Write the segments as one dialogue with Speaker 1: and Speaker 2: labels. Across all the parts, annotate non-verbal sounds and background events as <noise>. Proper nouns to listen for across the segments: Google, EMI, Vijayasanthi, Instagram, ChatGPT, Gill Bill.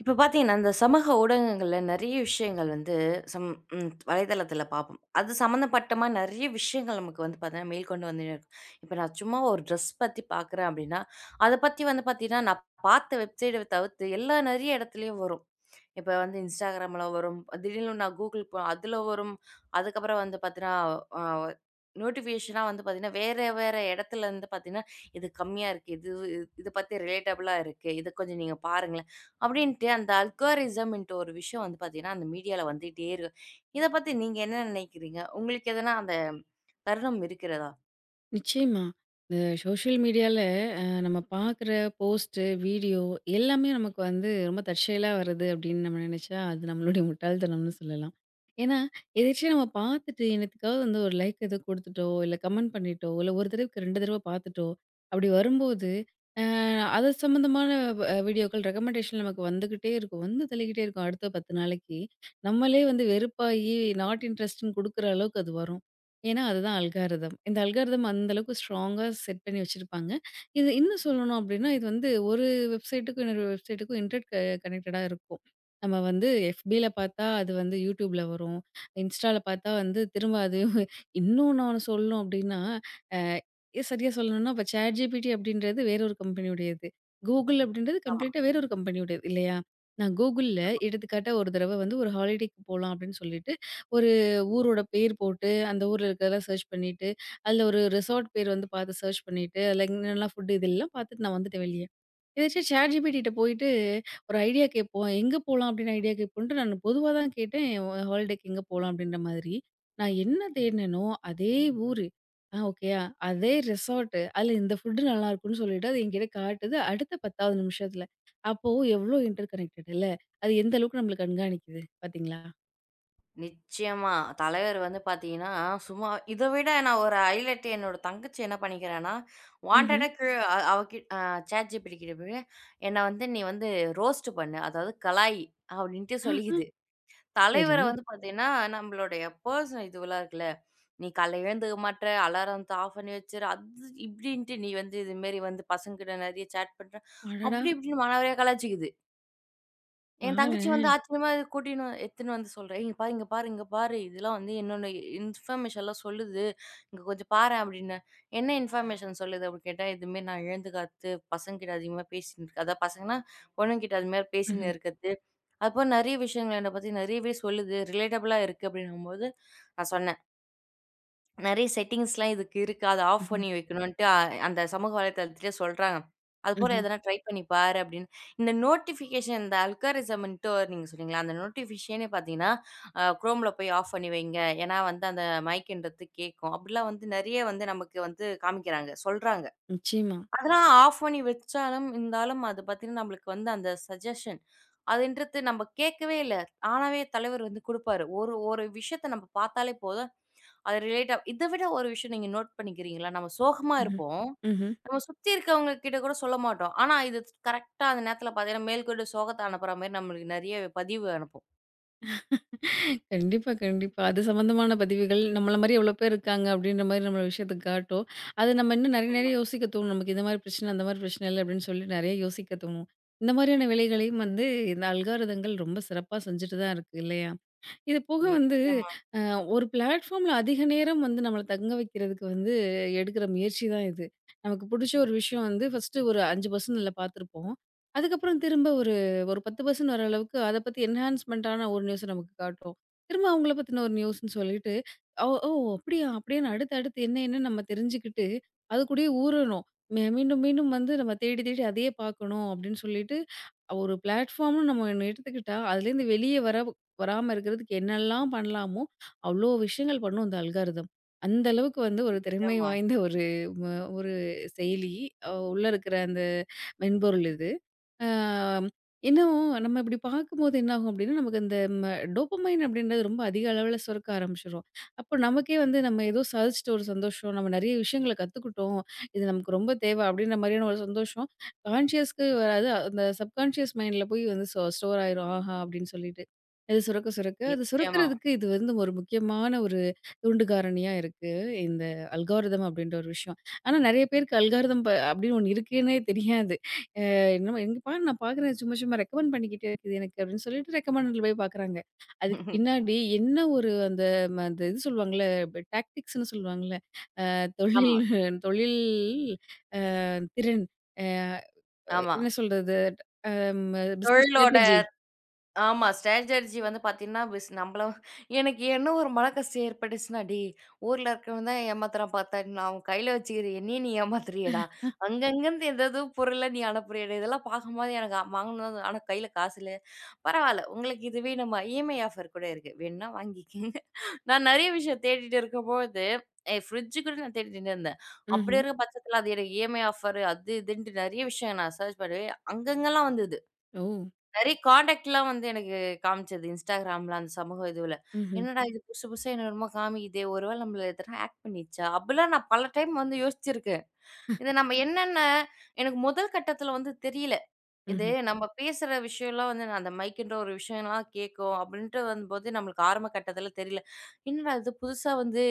Speaker 1: இப்ப பார்த்தீங்கன்னா, இந்த சமூக ஊடகங்கள்ல நெறைய விஷயங்கள் வந்து சம் ம் வலைதளத்தில பார்ப்போம். அது சம்மந்தப்பட்டமா நெறைய விஷயங்கள் நமக்கு வந்து பார்த்தீங்கன்னா, மேல்கொண்டு வந்துட்டே இருக்கும். இப்ப நான் சும்மா ஒரு ட்ரெஸ் பத்தி பார்க்குறேன் அப்படின்னா, அத பத்தி வந்து பார்த்தீங்கன்னா, நான் பார்த்த வெப்சைட்ட தவிர்த்து எல்லா நெறைய இடத்துலயும் வரும். இப்ப வந்து Instagramல வரும். திடீர்னு நான் Google அதுல வரும். அதுக்கப்புறம் வந்து பார்த்தீங்கன்னா, அ நோட்டிஃபிகேஷனா வந்து பார்த்தீங்கன்னா, வேற வேற இடத்துல இருந்து பார்த்தீங்கன்னா, இது கம்மியா இருக்கு. இது இது பத்தி ரிலேட்டபிளா இருக்கு. இத கொஞ்சம் நீங்க பாருங்களேன். அப்படின்ட்டு அந்த அல்காரிசம்ன்ட்டு ஒரு விஷயம் வந்து பார்த்தீங்கன்னா, அந்த மீடியால வந்துட்டே இருக்கு. இத பத்தி நீங்க என்ன நினைக்கிறீங்க? உங்களுக்கு எதனா அந்த தருணம் இருக்கிறதா?
Speaker 2: நிச்சயமா. இந்த சோஷியல் மீடியால நம்ம பார்க்குற போஸ்ட்டு, வீடியோ எல்லாமே நமக்கு வந்து ரொம்ப தற்செயலா வருது அப்படின்னு நம்ம நினைச்சா, அது நம்மளுடைய முட்டாள்தனம்னு சொல்லலாம். ஏன்னா, எதேர்ச்சியா நம்ம பார்த்துட்டு என்னத்துக்காவது வந்து ஒரு லைக் ஏதோ குடுத்துட்டோ, இல்ல கமெண்ட் பண்ணிட்டோ, இல்ல ஒரு தடவைக்கு 2 தடவ பார்த்துட்டோ, அப்படி வரும்போது, அ அது சம்மந்தமான வீடியோக்கள் ரெக்கமெண்டேஷன் நமக்கு வந்துகிட்டே இருக்கும். வந்து தள்ளிக்கிட்டே இருக்கும். அடுத்த 10 நாளைக்கு. நம்மளே வந்து வெறுப்பாகி நாட் இன்ட்ரெஸ்ட்ன்னு குடுக்குற அளவுக்கு அது வரும். ஏன்னா, அதுதான் அல்காரிதம். இந்த அல்காரிதம் அந்த அளவுக்கு ஸ்ட்ராங்கா செட் பண்ணி வச்சிருப்பாங்க. இது இன்னும் சொல்லணும் அப்டின்னா, இது வந்து ஒரு வெப்சைட்டுக்கும் இன்னொரு வெப்சைட்டுக்கும் இன்டர் கனெக்டடா இருக்கும். நம்ம வந்து FBல பார்த்தா அது வந்து YouTubeல வரும். Instaல பார்த்தா வந்து திரும்ப அது <laughs> இன்னும் நான் சொல்லணும் அப்டின்னா, அ சரியா சொல்லணும்னா இப்ப ChatGPT அப்டின்றது வேற ஒரு கம்பெனியுடையது. Google அப்டின்றது கம்ப்ளீட்டா வேற ஒரு கம்பெனியுடையது இல்லையா? நான் Googleல எடுத்துக்காட்டா ஒரு தடவ வந்து ஒரு ஹாலிடேக்கு போலாம் அப்டின்னு சொல்லிட்டு, ஒரு ஊரோட பேர் போட்டு, அந்த ஊர்ல இருக்கிறதெல்லாம் சர்ச் பண்ணிட்டு, அதுல ஒரு ரிசார்ட் பேர் வந்து பார்த்து சர்ச் பண்ணிட்டு, அதுல என்னென்னலாம் ஃபுட் இதெல்லாம் பார்த்துட்டு நான் வந்துட்டேன் வெளிய. எதாச்சும் ChatGPTட்ட போயிட்டு ஒரு ஐடியா கேட்போம். எங்க போலாம் அப்படின்னு ஐடியா கேட்போம்ன்ட்டு நான் பொதுவா தான் கேட்டேன். ஹாலிடேக்கு எங்க போலாம் அப்படின்ற மாதிரி. நான் என்ன தேடுனேனோ அதே ஊரு. ஆ ஓகேயா, அதே ரிசார்ட்டு. அதுல இந்த ஃபுட் நல்லாருக்கும்ன்னு சொல்லிட்டு அது என்கிட்ட காட்டுது அடுத்த 10வது நிமிஷத்துல. அப்போ எவ்ளோ இன்டர் கனெக்டட் இல்ல. அது எந்த அளவுக்கு நம்மள கண்காணிக்குது பார்த்தீங்களா?
Speaker 1: நிச்சயமா. தலைவர் வந்து பார்த்தீங்கன்னா, சும்மா இத விட நான் ஒரு ஹைலைட் என்னோட தங்கச்சி என்ன பண்ணிக்கிறான்னா,
Speaker 2: ம்ஹ்ம்.
Speaker 1: வாண்டடா கீழ அ அவ கிட் அ ChatGPT கிட்ட போய், "என்ன வந்து நீ வந்து ரோஸ்ட் பண்ணு. அதாவது கலாய்" அப்படின்ட்டு
Speaker 2: ஆஹ.
Speaker 1: சொல்லிக்குது.
Speaker 2: சரி.
Speaker 1: தலைவர வந்து பார்த்தீங்கன்னா, நம்மளுடைய பர்சனல் இதுவெல்லாம் இருக்குல்ல, "நீ காலைல எழுந்துக்க மாட்ற, அலாரத்த ஆஃப் பண்ணி வச்சுரு" அது இப்படின்ட்டு, "நீ வந்து இதுமாரி வந்து பசங்ககிட்ட நெறைய சேட் பண்ற"
Speaker 2: அடடா!
Speaker 1: அப்படி இப்படின்னு மன வழியா கலாய்ச்சிக்குது. என் தங்கச்சி வந்து
Speaker 2: பாரேன்.
Speaker 1: ஆச்சரியமா இது கூட்டின்னு எடுத்துன்னு வந்து சொல்றேன். "இங்க பாரு, இங்க பாரு, இங்க பாரு. இதெல்லாம் வந்து என்னோட இன்ஃபர்மேஷன்லாம் சொல்லுது. இங்க கொஞ்சம் பாரேன்" அப்படின்னு. "என்ன இன்ஃபர்மேஷன் சொல்லுது?" அப்படின்னு கேட்டா, "இதுமாரி நான் இழந்து காத்து பசங்ககிட்ட அதிகமா பேசின்னு இருக்கேன். அதான் பசங்கன்னா, பொண்ணுங்கிட்ட அதுமாரி
Speaker 2: ம்ஹ்ம்,
Speaker 1: பேசின்னு இருக்கிறது. அதுபோல நெறைய விஷயங்கள் என்னை பத்தி நெறையவே சொல்லுது. ரிலேட்டபுளா இருக்கு" அப்படின்னும்போது, நான் சொன்னேன். நெறைய செட்டிங்ஸ்லாம் இதுக்கு இருக்கு. அத ஆஃப்
Speaker 2: ம்ஹ்ம்,
Speaker 1: பண்ணி வைக்கணுன்ட்டு அந்த சமூக வலைதளத்திலே சொல்றாங்க. அதுபோல
Speaker 2: ம்ஹ்ம்.
Speaker 1: எதனா ட்ரை பண்ணி பாரு அப்படின்னு. இந்த நோட்டிஃபிகேஷன் இந்த அல்காரிசம்ன்ட்டு நீங்க சொன்னீங்களா, அந்த நோட்டிஃபிகேஷனே பார்த்தீங்கன்னா, குரோம்ல போய் ஆஃப் பண்ணி வைங்க. ஏன்னா வந்து அந்த மைக்ன்றது கேட்கும். அப்படிலாம் வந்து நெறைய வந்து நமக்கு வந்து காமிக்கிறாங்க, சொல்றாங்க.
Speaker 2: நிச்சயமா.
Speaker 1: அதெல்லாம் ஆஃப் பண்ணி வச்சாலும், இருந்தாலும் அது பார்த்தீங்கன்னா, நம்மளுக்கு வந்து அந்த சஜஷன் அதுன்றது நம்ம கேட்கவே இல்ல. ஆனாவே தலைவர் வந்து குடுப்பாரு. ஒரு ஒரு விஷயத்த நம்ம பார்த்தாலே போதும். அது ரிலேட்டா இத விட ஒரு விஷயம் நீங்க நோட் பண்ணிக்கிறீங்களா? நம்ம சோகமா
Speaker 2: ம்ஹ்ம்,
Speaker 1: இருப்போம்.
Speaker 2: ம்ஹ்ம்.
Speaker 1: நம்ம சுத்தி இருக்கவங்க கிட்ட கூட சொல்ல மாட்டோம். ஆனா இது கரெக்ட்டா அந்த நேரத்துல பார்த்தீங்கன்னா, மேல்கொண்டு சோகத்த அனுப்புற மாரி நம்மளுக்கு நெறைய பதிவு அனுப்பும்.
Speaker 2: கண்டிப்பா, கண்டிப்பா. அது சம்மந்தமான பதிவுகள், நம்மள மாரி எவ்வளோ பேர் இருக்காங்க அப்படின்ற மாரி நம்மள விஷயத்த காட்டும். அது நம்ம இன்னும் நெறைய,
Speaker 1: ஆமா.
Speaker 2: நெறைய யோசிக்க தோணும். நமக்கு இந்த மாரி பிரச்சனை, அந்த மாரி பிரச்சனை இல்ல அப்படின்னு சொல்லி நெறைய யோசிக்க தோணும். இந்த மாதிரியான வேலைகளையும் வந்து இந்த அல்காரிதங்கள் ரொம்ப சிறப்பா செஞ்சுட்டு தான் இருக்கு இல்லையா? இது போக வந்து
Speaker 1: நிச்சயமா,
Speaker 2: அ ஒரு பிளாட்ஃபார்ம்ல அதிக நேரம் வந்து நம்மள தங்க வைக்கிறதுக்கு வந்து எடுக்கிற முயற்சி தான் இது. நமக்கு புடிச்ச ஒரு விஷயம் வந்து ஃபர்ஸ்ட்டு ஒரு 5% அதில பார்த்துருப்போம். அதுக்கப்புறம் திரும்ப ஒரு ஒரு 10% வர அளவுக்கு அத பத்தி என்ஹான்ஸ்மென்ட் ஆன ஒரு நியூஸ நமக்கு காட்டும். திரும்ப அவங்கள பத்தின ஒரு நியூஸ்ன்னு சொல்லிட்டு, ஓ ஓ! அப்படியா? அப்படின்னு அடுத்து அடுத்து என்ன என்னன்னு நம்ம தெரிஞ்சுக்கிட்டு, அதுக்கூடயே ஊறணும். மீண்டும் மீண்டும் வந்து நம்ம தேடி தேடி அதையே பார்க்கணும் அப்படின்னு சொல்லிட்டு, ஒரு பிளாட்ஃபார்ம்னு நம்ம ஒண்ணு எடுத்துக்கிட்டா, அதுலேருந்து வெளியே வராம இருக்கிறதுக்கு என்னெல்லாம் பண்ணலாமோ, அவ்வளோ விஷயங்கள் பண்ணும் அந்த அல்காரிதம். அந்த அளவுக்கு வந்து ஒரு திறமை
Speaker 1: நிச்சயமா,
Speaker 2: வாய்ந்த ம ஒரு செயலி. உள்ள இருக்கிற அந்த மென்பொருள் இது. ஆ, இன்னும் நம்ம இப்படி பார்க்கும்போது என்ன ஆகும் அப்படின்னா, நமக்கு இந்த ம டோபமைன் அப்படின்றது ரொம்ப அதிக அளவுல சுரக்க ஆரம்பிச்சுரும். அப்போ நமக்கே வந்து நம்ம ஏதோ சாதிச்சுட்ட ஒரு சந்தோஷம், நம்ம நிறைய விஷயங்கள கத்துக்கிட்டோம், இது நமக்கு ரொம்ப தேவை அப்படின்ற மாதிரியான ஒரு சந்தோஷம் கான்ஷியஸ்க்கு வராது. அந்த சப்கான்ஷியஸ் மைண்ட்ல போய் வந்து ஸ்டோர் ஆயிரும். ஆஹா! அப்படின்னு சொல்லிட்டு. அது சுரக்க சுரக்க அது
Speaker 1: நிச்சயமா.
Speaker 2: சுரக்கிறதுக்கு இது வந்து ஒரு முக்கியமான ஒரு தூண்டு காரணியா இருக்கு. இந்த அல்காரிதம் அப்படின்ற ஒரு விஷயம். ஆனா நிறைய பேருக்கு அல்காரிதம் ப அப்படின்னு ஒண்ணு இருக்குன்னே தெரியாது. என்னமோ எங்க பாரு நான் பார்க்குறேன் சும்மா சும்மா ரெக்கமெண்ட் பண்ணிக்கிட்டே இருக்குது எனக்கு அப்படின்னு சொல்லிட்டு ரெக்கமெண்டட்ல போய் பார்க்குறாங்க. அதுக்கு
Speaker 1: <laughs>
Speaker 2: பின்னாடி என்ன ஒரு அந்த அந்த இது சொல்லுவாங்கல்ல டாக்டிக்ஸ்ன்னு சொல்லுவாங்கல்ல. அ
Speaker 1: ஆமா,
Speaker 2: தொழில் தொழில் அ திறன் அ
Speaker 1: ஆமா.
Speaker 2: என்ன சொல்றது? அம் பிசினஸ்
Speaker 1: தொழிலோட
Speaker 2: ஸ்ட்ராட்டஜி.
Speaker 1: ஆமா. ஸ்ட்ராட்டஜி வந்து பார்த்தீங்கன்னா, நம்மள எனக்கு என்ன ஒரு மனக்கஷ்டம் ஏற்பட்டுச்சுன்னா, "டேய்! ஊர்ல இருக்கவன் தான் ஏமாத்துறான் பார்த்தா, நான் அவன் கையில வச்சுக்கிற என்னைய நீ ஏமாத்துறியேடா! அங்கங்கருந்து ஏதேதோ பொருள நீ அனுப்புறியேடா!" இதெல்லாம் பார்க்கும்போது எனக்கு வாங்கணும். ஆனா கையில காசு இல்ல. பரவால்ல. உங்களுக்கு இதுவே நம்ம இஎம்ஐ ஆஃபர் கூட இருக்கு. வேணும்னா வாங்கிக்கங்க. நான் நெறைய விஷயம் தேடிட்டு இருக்கும்போது, ஃப்ரிட்ஜ் கூட நான் தேடிட்டு இருந்தேன். அப்படி
Speaker 2: ம்ஹ்ம்.
Speaker 1: இருக்க பட்சத்தில அது எனக்கு இஎம்ஐ ஆஃபர் அது இதுன்ட்டு நெறைய விஷயம் நான் சர்ச் பண்ணுவேன். அங்கங்கலாம் வந்தது.
Speaker 2: ஓ!
Speaker 1: நெறைய கான்டாக்ட்லாம் வந்து எனக்கு காமிச்சது. Instagramல அந்த சமூக இதுவுல.
Speaker 2: ம்ஹ்ம்.
Speaker 1: என்னடா இது புதுசு புதுசா என்னென்னமோ காமிக்குதே! ஒரு வேள நம்மள எதனா ஹேக் பண்ணிடுச்சா? அப்டிலாம் நான் பல டைம் வந்து யோசிச்சிருக்கேன். இத நம்ம என்னென்ன எனக்கு முதல் கட்டத்துல வந்து தெரியல. இது
Speaker 2: ம்ஹ்ம்.
Speaker 1: நம்ம பேசுற விஷயம்லாம் வந்து நான் அந்த மைக்ன்ற ஒரு விஷயம்லாம் கேட்கும் அப்படின்ட்டு வந்தபோது நம்மளுக்கு ஆரம்ப கட்டத்துல தெரியல. என்னடா இது புதுசா வந்து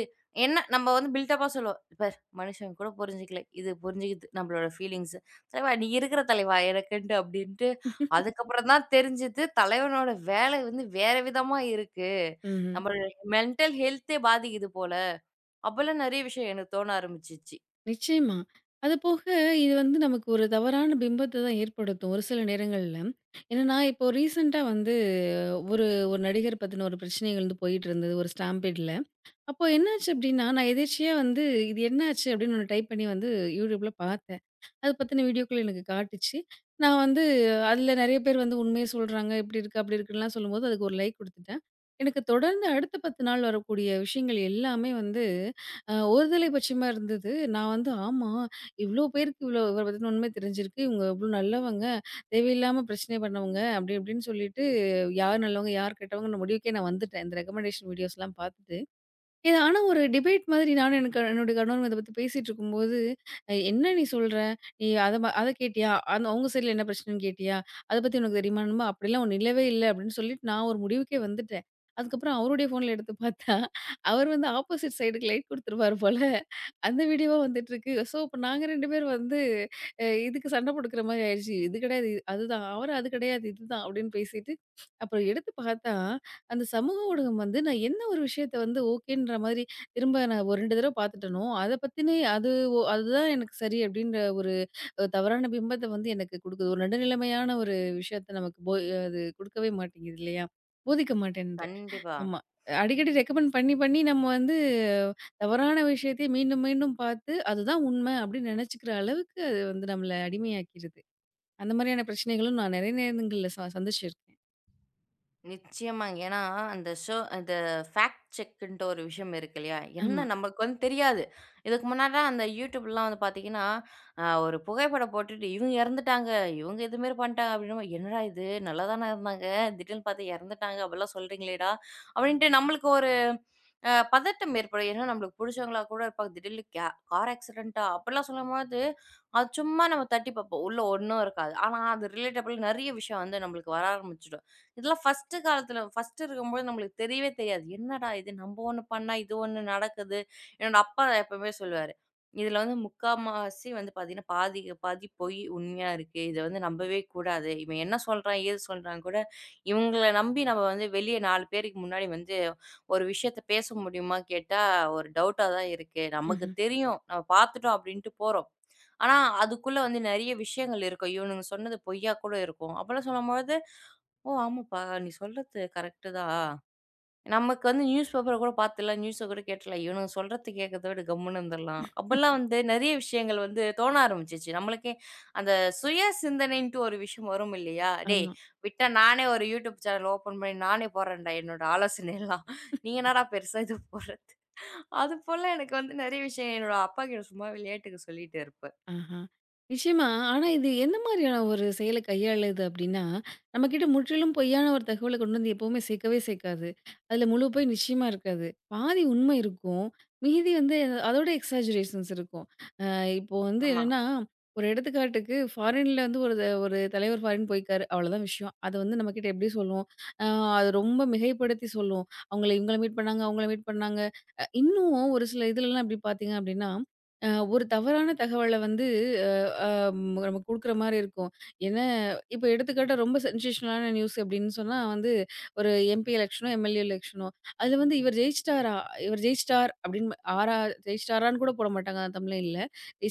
Speaker 1: என்ன நம்ம வந்து பில்டப்பா சொல்லுவோம். பார் மனுஷங்க கூட புரிஞ்சுக்கல. இது புரிஞ்சுக்குது நம்மளோட ஃபீலிங்ஸ். தலைவா நீ இருக்கிற தலைவா எனக்குன்ட்டு அப்படின்ட்டு
Speaker 2: ம்ஹ்ம். <laughs>
Speaker 1: அதுக்கப்புறம் தான் தெரிஞ்சது தலைவனோட வேலை வந்து வேற விதமா இருக்கு. நம்மளோட மென்டல் ஹெல்த்தே பாதிக்குது போல. அப்போலாம் நெறைய விஷயம் எனக்கு தோண ஆரம்பிச்சுச்சு.
Speaker 2: நிச்சயமா. அது போக இது வந்து நமக்கு ஒரு தவறான பிம்பத்த தான் ஏற்படுத்தும் ஒரு சில நேரங்கள்ல. என்னன்னா, இப்போ ரீசென்ட்டா வந்து ஒரு ஒரு நடிகர் பத்தின ஒரு பிரச்சனைகள் வந்து போயிட்டுருந்தது ஒரு ஸ்டாம்பேட்ல. அப்போ என்னாச்சு அப்டின்னா, நான் எதேர்ச்சியா வந்து இது என்னாச்சு? அப்டின்னு ஒண்ணு டைப் பண்ணி வந்து YouTubeல பார்த்தேன். அது பத்தின வீடியோக்கள் எனக்கு காட்டுச்சு. நான் வந்து அதுல நெறைய பேர் வந்து உண்மைய சொல்றாங்க. இப்படி இருக்கு, அப்படி இருக்குன்லாம் சொல்லும்போது அதுக்கு ஒரு லைக் குடுத்துட்டேன். எனக்கு தொடர்ந்து அடுத்த 10 நாள் வரக்கூடிய விஷயங்கள் எல்லாமே வந்து ஒருதலை பட்சமா இருந்தது. நான் வந்து ஆமா, இவ்ளோ பேருக்கு இவ்ளோ இவர பத்தின உண்மை தெரிஞ்சிருக்கு. இவங்க இவ்ளோ நல்லவங்க, தேவையில்லாம பிரச்சனை பண்ணவங்க, அப்படி இப்படின்னு சொல்லிட்டு யார் நல்லவங்க, யார் கெட்டவங்கன்னு முடிவுக்கே நான் வந்துட்டேன். இந்த ரெக்கமெண்டேஷன் வீடியோஸ்லாம் பார்த்துட்டு. இது ஆனா ஒரு டிபேட் மாதிரி நானும் எனக்கு என்னுடைய கணவரும் இத பத்தி பேசிட்டு இருக்கும்போது, என்ன நீ சொல்ற? நீ அத கேட்டியா? அந்த அவங்க சைட்ல என்ன பிரச்சனைன்னு கேட்டியா? அத பத்தி உனக்கு தெரியுமா?" என்னமோ "அப்படிலாம் ஒண்ணும் இல்லவே இல்ல" அப்படின்னு சொல்லிட்டு நான் ஒரு முடிவுக்கே வந்துட்டேன். அதுக்கப்புறம் அவருடைய ஃபோன்ல எடுத்து பார்த்தா, அவர் வந்து ஆப்போசிட் சைடுக்கு லைட் குடுத்துருவாரு போல. அந்த வீடியோவா வந்துட்டுருக்கு. ஸோ, இப்ப நாங்க 2 பேரும் வந்து இதுக்கு சண்டை போட்டுக்கிற மாரி ஆயிருச்சு. "இது கிடையாது, அதுதான்." அவரு "அது கிடையாது, இதுதான்." அப்படின்னு பேசிட்டு, அப்புறம் எடுத்து பார்த்தா அந்த சமூக ஊடகம் வந்து நான் என்ன ஒரு விஷயத்த வந்து ஓகேன்ற மாதிரி திரும்ப நான் ஒரு 2 தடவ பார்த்துட்டேனோ, அத பத்தினே அது அதுதான் எனக்கு சரி அப்டின்ற ஒரு தவறான பிம்பத்த வந்து எனக்கு குடுக்குது. ஒரு நடுநிலைமையான ஒரு விஷயத்த நமக்கு போய் அது குடுக்கவே மாட்டேங்குது இல்லையா? போதிக்க மாட்டேன்து.
Speaker 1: கண்டிப்பா.
Speaker 2: ஆமா. அடிக்கடி ரெக்கமெண்ட் பண்ணி, பண்ணி நம்ம வந்து அஹ், தவறான விஷயத்தை மீண்டும், மீண்டும் பார்த்து அதுதான் உண்மை அப்டின்னு நெனச்சுக்கிற அளவுக்கு அது வந்து நம்மள அடிமையாக்கிருது. அந்த மாதிரியான பிரச்சனைகளும் நான் நெறைய நேரங்கள்ல சந்திச்சிருக்கேன்.
Speaker 1: நிச்சயமாங்க. ஏன்னா, அந்த ஃபேக்ட் செக்குன்ட்டு ஒரு விஷயம் இருக்கு இல்லையா?
Speaker 2: ஆமா.
Speaker 1: என்ன நமக்கு வந்து தெரியாது. இதுக்கு முன்னாடிலாம் அந்த YouTubeலாம் வந்து பார்த்தீங்கன்னா, ஒரு புகைப்படம் போட்டுட்டு, "இவங்க இறந்துட்டாங்க, இவங்க இதுமாரி பண்ட்டாங்க" அப்படின்னும் "என்னடா இது நல்லா தானே இருந்தாங்க, திடீர்னு பார்த்தா இறந்துட்டாங்க, அப்படிலாம் சொல்றீங்களேடா!" அப்படின்ட்டு நம்மளுக்கு ஒரு பதட்டம் ஏற்படும். ஏன்னா நம்மளுக்கு புடிச்சவங்களா கூட இருப்பாங்க. திடீர்னு கார் ஆக்சிடென்ட்டா அப்படிலாம் சொல்லும்போது, அது சும்மா நம்ம தட்டி பார்ப்போம். உள்ள ஒண்ணும் இருக்காது. ஆனா, அது ரிலேட்டபிள் நெறைய விஷயம் வந்து நம்மளுக்கு வர ஆரம்பிச்சுடும். இதெல்லாம் ஃபர்ஸ்ட்டு காலத்துல ஃபர்ஸ்ட்டு இருக்கும்போது நம்மளுக்கு தெரியவே தெரியாது. என்னடா இது நம்ப ஒண்ணு பண்ணா, இது ஒண்ணு நடக்குது. என்னோட அப்பா எப்பவுமே சொல்லுவாரு. "இதுல வந்து முக்கால்வாசி வந்து பார்த்தீங்கன்னா, பாதிக்கு பாதி பொய் உண்மையா இருக்கு. இத வந்து நம்பவே கூடாது. இவன் என்ன சொல்றான், ஏது சொல்றான்னு கூட இவங்கள நம்பி நம்ம வந்து வெளிய 4 பேருக்கு முன்னாடி வந்து ஒரு விஷயத்த பேச முடியுமா கேட்டா, ஒரு டவுட்டா தான் இருக்கு. நமக்கு
Speaker 2: ம்ஹ்ம்.
Speaker 1: தெரியும். நம்ம பார்த்துட்டோம் அப்டின்ட்டு போறோம். ஆனா, அதுக்குள்ள வந்து நெறைய விஷயங்கள் இருக்கும். இவனுங்க சொன்னது பொய்யா கூட இருக்கும்." அப்பலாம் சொல்லும்பொழுது ஓ! ஆமாப்பா. நீ சொல்றது கரெக்ட்டு தான். நமக்கு வந்து நியூஸ் பேப்பர கூட பார்த்துடலாம், நியூஸ கூட கேட்டுறலாம். இவனுங்க சொல்றத கேட்கறத விட கம்முன்னு இருந்துடலாம். அப்பல்லாம் வந்து நெறைய விஷயங்கள் வந்து தோண ஆரம்பிச்சுச்சு. நம்மளுக்கே அந்த சுய சிந்தனைன்ட்டு ஒரு விஷயம் வரும் இல்லையா? "டேய்
Speaker 2: ஆமா.
Speaker 1: விட்டா நானே ஒரு யூடியூப் சேனல் ஓப்பன் பண்ணி நானே போடுறேன்டா என்னோட ஆலோசனையெல்லாம். நீங்க என்னடா பெருசா இது போடுறது?" அதுபோல எனக்கு வந்து நெறைய விஷயம் என்னோட அப்பா கிட்ட சும்மா விளையாட்டுக்கு சொல்லிட்டு இருப்பேன்.
Speaker 2: ஆஹா. நிச்சயமா. ஆனா, இது எந்த மாதிரியான ஒரு செயல கையாளுது அப்டின்னா, நம்மகிட்ட முற்றிலும் பொய்யான ஒரு தகவல கொண்டு வந்து எப்பவுமே சேர்க்கவே சேர்க்காது. அதுல முழு பொய் நிச்சயமா இருக்காது. பாதி உண்மை இருக்கும். மீதி வந்து அதோட எக்ஸாஜுரேஷன்ஸ் இருக்கும். இப்போ வந்து
Speaker 1: ஆமா.
Speaker 2: என்னன்னா, ஒரு எடுத்துக்காட்டுக்கு ஃபாரின்ல வந்து ஒரு தலைவர் ஃபாரின் போயிருக்காரு. அவ்வளோதான் விஷயம். அது வந்து நம்மகிட்ட எப்படி சொல்லும்? அ அது ரொம்ப மிகைப்படுத்தி சொல்லும். அவங்கள இவங்கள மீட் பண்ணாங்க, அவங்கள மீட் பண்ணாங்க. இன்னும் ஒரு சில இதுலலாம் எப்படி பார்த்தீங்க அப்படின்னா, அ ஒரு தவறான தகவல வந்து அ அ ம் நம்ம குடுக்குற மாரி இருக்கும். ஏன்னா, இப்போ எடுத்துக்காட்டா ரொம்ப சென்சேஷனலான நியூஸ் அப்படின்னு சொன்னா வந்து, ஒரு எம்பி எலெக்ஷனோ, எம்எல்ஏ எலெக்ஷனோ, அதுல வந்து இவர் ஜெயிச்சிட்டாரா? இவர் ஜெயிச்சிட்டார் அப்படின்னு ஜெயிச்சிட்டாரான்னு கூட போட மாட்டாங்க அந்த தமிழ்லைன்ல.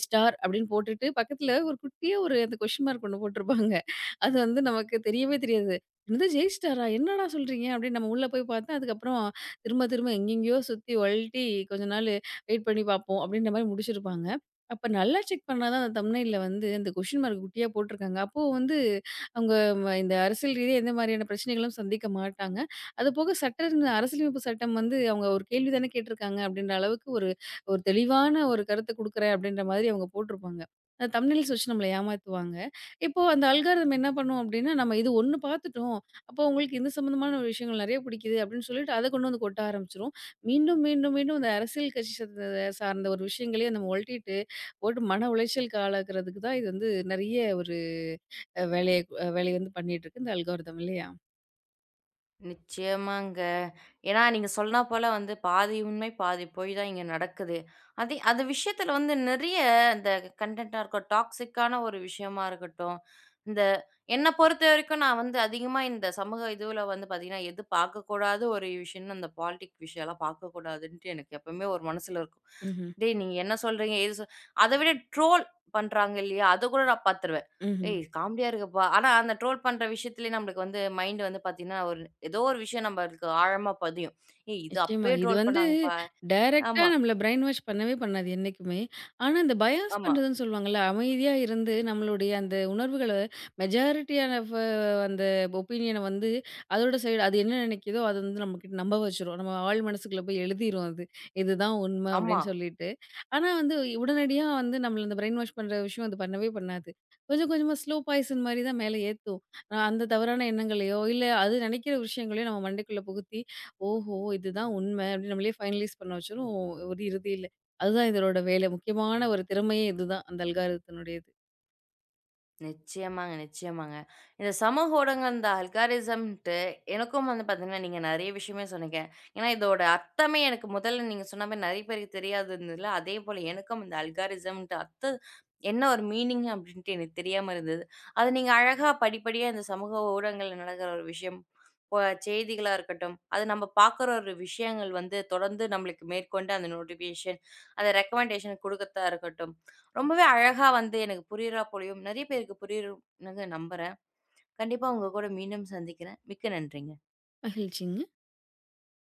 Speaker 2: ஸ்டார் அப்படின்னு போட்டுட்டு பக்கத்துல ஒரு குட்டியா ஒரு அந்த கொஸ்டின் மார்க் ஒண்ணு போட்டிருப்பாங்க. அது வந்து நமக்கு தெரியவே தெரியாது. "என்னது ஜெய் ஸ்டாரா? என்னடா சொல்றீங்க?" அப்படின்னு நம்ம உள்ள போய் பார்த்தா, அதுக்கப்புறம் திரும்ப திரும்ப எங்கெங்கேயோ சுத்தி ஒழட்டி கொஞ்ச நாள் வெயிட் பண்ணி பார்ப்போம் அப்படின்ற மாரி முடிச்சிருப்பாங்க. அப்ப நல்லா செக் பண்ணா தான் அந்த தம்ப்நெயில்ல வந்து அந்த கொஸ்டின் மார்க் குட்டியா போட்டிருக்காங்க. அப்போ வந்து அவங்க இந்த அரசியல் ரீதியா எந்த மாரியான பிரச்சனைகளும் சந்திக்க மாட்டாங்க. அதுபோக சட்டன்னு அரசியலமைப்பு சட்டம் வந்து அவங்க ஒரு கேள்வி தானே கேட்டிருக்காங்க அப்படின்ற அளவுக்கு ஒரு ஒரு தெளிவான ஒரு கருத்து குடுக்குறேன் அப்படின்ற மாதிரி அவங்க போட்டிருப்பாங்க. அந்த தம்ப்நெயில்ஸ் வச்சு நம்மள ஏமாத்துவாங்க. இப்போ அந்த அல்காரிதம் என்ன பண்ணும் அப்படின்னா, நம்ம இது ஒண்ணு பார்த்துட்டோம். அப்போ உங்களுக்கு இந்த சம்மந்தமான ஒரு விஷயங்கள் நெறைய பிடிக்குது அப்படின்னு சொல்லிட்டு அத கொண்டு வந்து கொட்ட ஆரம்பிச்சுரும். மீண்டும், மீண்டும், மீண்டும் இந்த அரசியல் கட்சி சார்ந்த சார்ந்த ஒரு விஷயங்களையே நம்ம ஒழட்டிட்டு போட்டு மன உளைச்சலுக்கு ஆளாக்குறதுக்கு தான் இது வந்து நெறைய ஒரு அ வேலைய அ வேலைய வந்து பண்ணிட்டு இருக்கு இந்த அல்காரிதம் இல்லையா?
Speaker 1: நிச்சயமாங்க. ஏன்னா நீங்க சொன்னா போல வந்து பாதி உண்மை, பாதி பொய் தான் இங்க நடக்குது. அதே அந்த விஷயத்துல வந்து நெறைய இந்த கன்டென்ட்டா இருக்கட்டும், டாக்ஸிக்கான ஒரு விஷயமா இருக்கட்டும், இந்த என்ன பொறுத்தவரைக்கும் நான் வந்து அதிகமா இந்த சமூக இதுவுல வந்து பார்த்தீங்கன்னா, எது பார்க்கக்கூடாத ஒரு விஷயம்னா, இந்த பாலிடிக் விஷயம்லாம் பார்க்கக்கூடாதுன்ட்டு எனக்கு எப்பவுமே ஒரு மனசுல இருக்கும்.
Speaker 2: ம்ஹ்ம்.
Speaker 1: டேய்! நீங்க என்ன சொல்றீங்க? ஏது சொ அத விட ட்ரோல் பண்றாங்க இல்லையா? அத கூட நான் பார்த்துருவேன்.
Speaker 2: ம்ஹ்ம்.
Speaker 1: ஏய்! காமெடியா இருக்குப்பா. ஆனா அந்த ட்ரோல் பண்ற விஷயத்திலயே நம்மளுக்கு வந்து மைண்ட் வந்து பார்த்தீங்கன்னா, ஏதோ ஒரு விஷயம் நம்மளுக்கு ஆழமா பதியும். ஏய்! இது
Speaker 2: நிச்சயமா.
Speaker 1: அப்பயே
Speaker 2: இது
Speaker 1: ட்ரோல்
Speaker 2: வந்து
Speaker 1: பண்ணாங்கப்பா.
Speaker 2: டைரக்ட்டா
Speaker 1: ஆமா,
Speaker 2: நம்மள பிரைன் வாஷ் பண்ணவே பண்ணாது என்னைக்குமே. ஆனா, இந்த பயாஸ்
Speaker 1: ஆமா,
Speaker 2: பண்றதுன்னு சொல்லுவாங்கல்ல, அமைதியா இருந்து நம்மளுடைய அந்த உணர்வுகள மெஜாரிட்டியான ஆஃப் அந்த ஒப்பீனியன வந்து அதோட சைடு அது என்ன நினைக்குதோ, அது வந்து நம்மகிட்ட நம்ப வச்சுரும். நம்ம ஆழ் மனசுக்குள்ள போய் எழுதிரும் அது. இதுதான் உண்மை
Speaker 1: ஆமா.
Speaker 2: அப்படின்னு சொல்லிட்டு. ஆனா வந்து உடனடியா வந்து நம்மள இந்த பிரைன் வாஷ் பண்ற விஷயம் அது பண்ணவே பண்ணாது. கொஞ்சம் கொஞ்சமா ஸ்லோ பாய்சன் மாரி தான் மேல ஏத்தும். அந்த தவறான எண்ணங்களையோ, இல்ல அது நினைக்கிற விஷயங்களையோ நம்ம மண்டைக்குள்ள புகுத்தி, ஓ! ஓ! இதுதான் உண்மை அப்படின்னு நம்மளே ஃபைனலைஸ் பண்ண வச்சுரும் ஒரு இறுதியில. அதுதான் இதனோட வேலை. முக்கியமான ஒரு திறமையே இதுதான். அந்த அல்காரிதத்தினுடையது.
Speaker 1: நிச்சயமாங்க. இந்த சமூக ஊடகங்கள், இந்த அல்காரிசம்ன்ட்டு எனக்கும் வந்து பார்த்தீங்கன்னா, நீங்க நெறைய விஷயமே சொன்னீங்க. ஏன்னா இதோட அர்த்தமே எனக்கு முதல்ல நீங்க சொன்ன மாரி நெறைய பேருக்கு தெரியாது இருந்ததுல, அதேபோல எனக்கும் இந்த அல்காரிசம்ன்ட்டு என்ன ஒரு மீனிங் அப்டின்ட்டு எனக்கு தெரியாம இருந்தது. அது நீங்க அழகா படிப்படியா இந்த சமூக ஊடகங்கள்ல நடக்கிற ஒரு விஷயம், இப்ப செய்திகளா இருக்கட்டும், அது நம்ம பார்க்குற ஒரு விஷயங்கள் வந்து தொடர்ந்து நம்மளுக்கு மேற்கொண்டு அந்த நோட்டிஃபிகேஷன், அந்த ரெக்கமெண்டேஷன் குடுக்கத்தா இருக்கட்டும், ரொம்பவே அழகா வந்து எனக்கு புரியிறா போலயும், நெறைய பேருக்கு புரியும்னு நம்புறேன். கண்டிப்பா உங்க கூட மீண்டும் சந்திக்கிறேன். மிக்க நன்றிங்க.
Speaker 2: மகிழ்ச்சிங்க.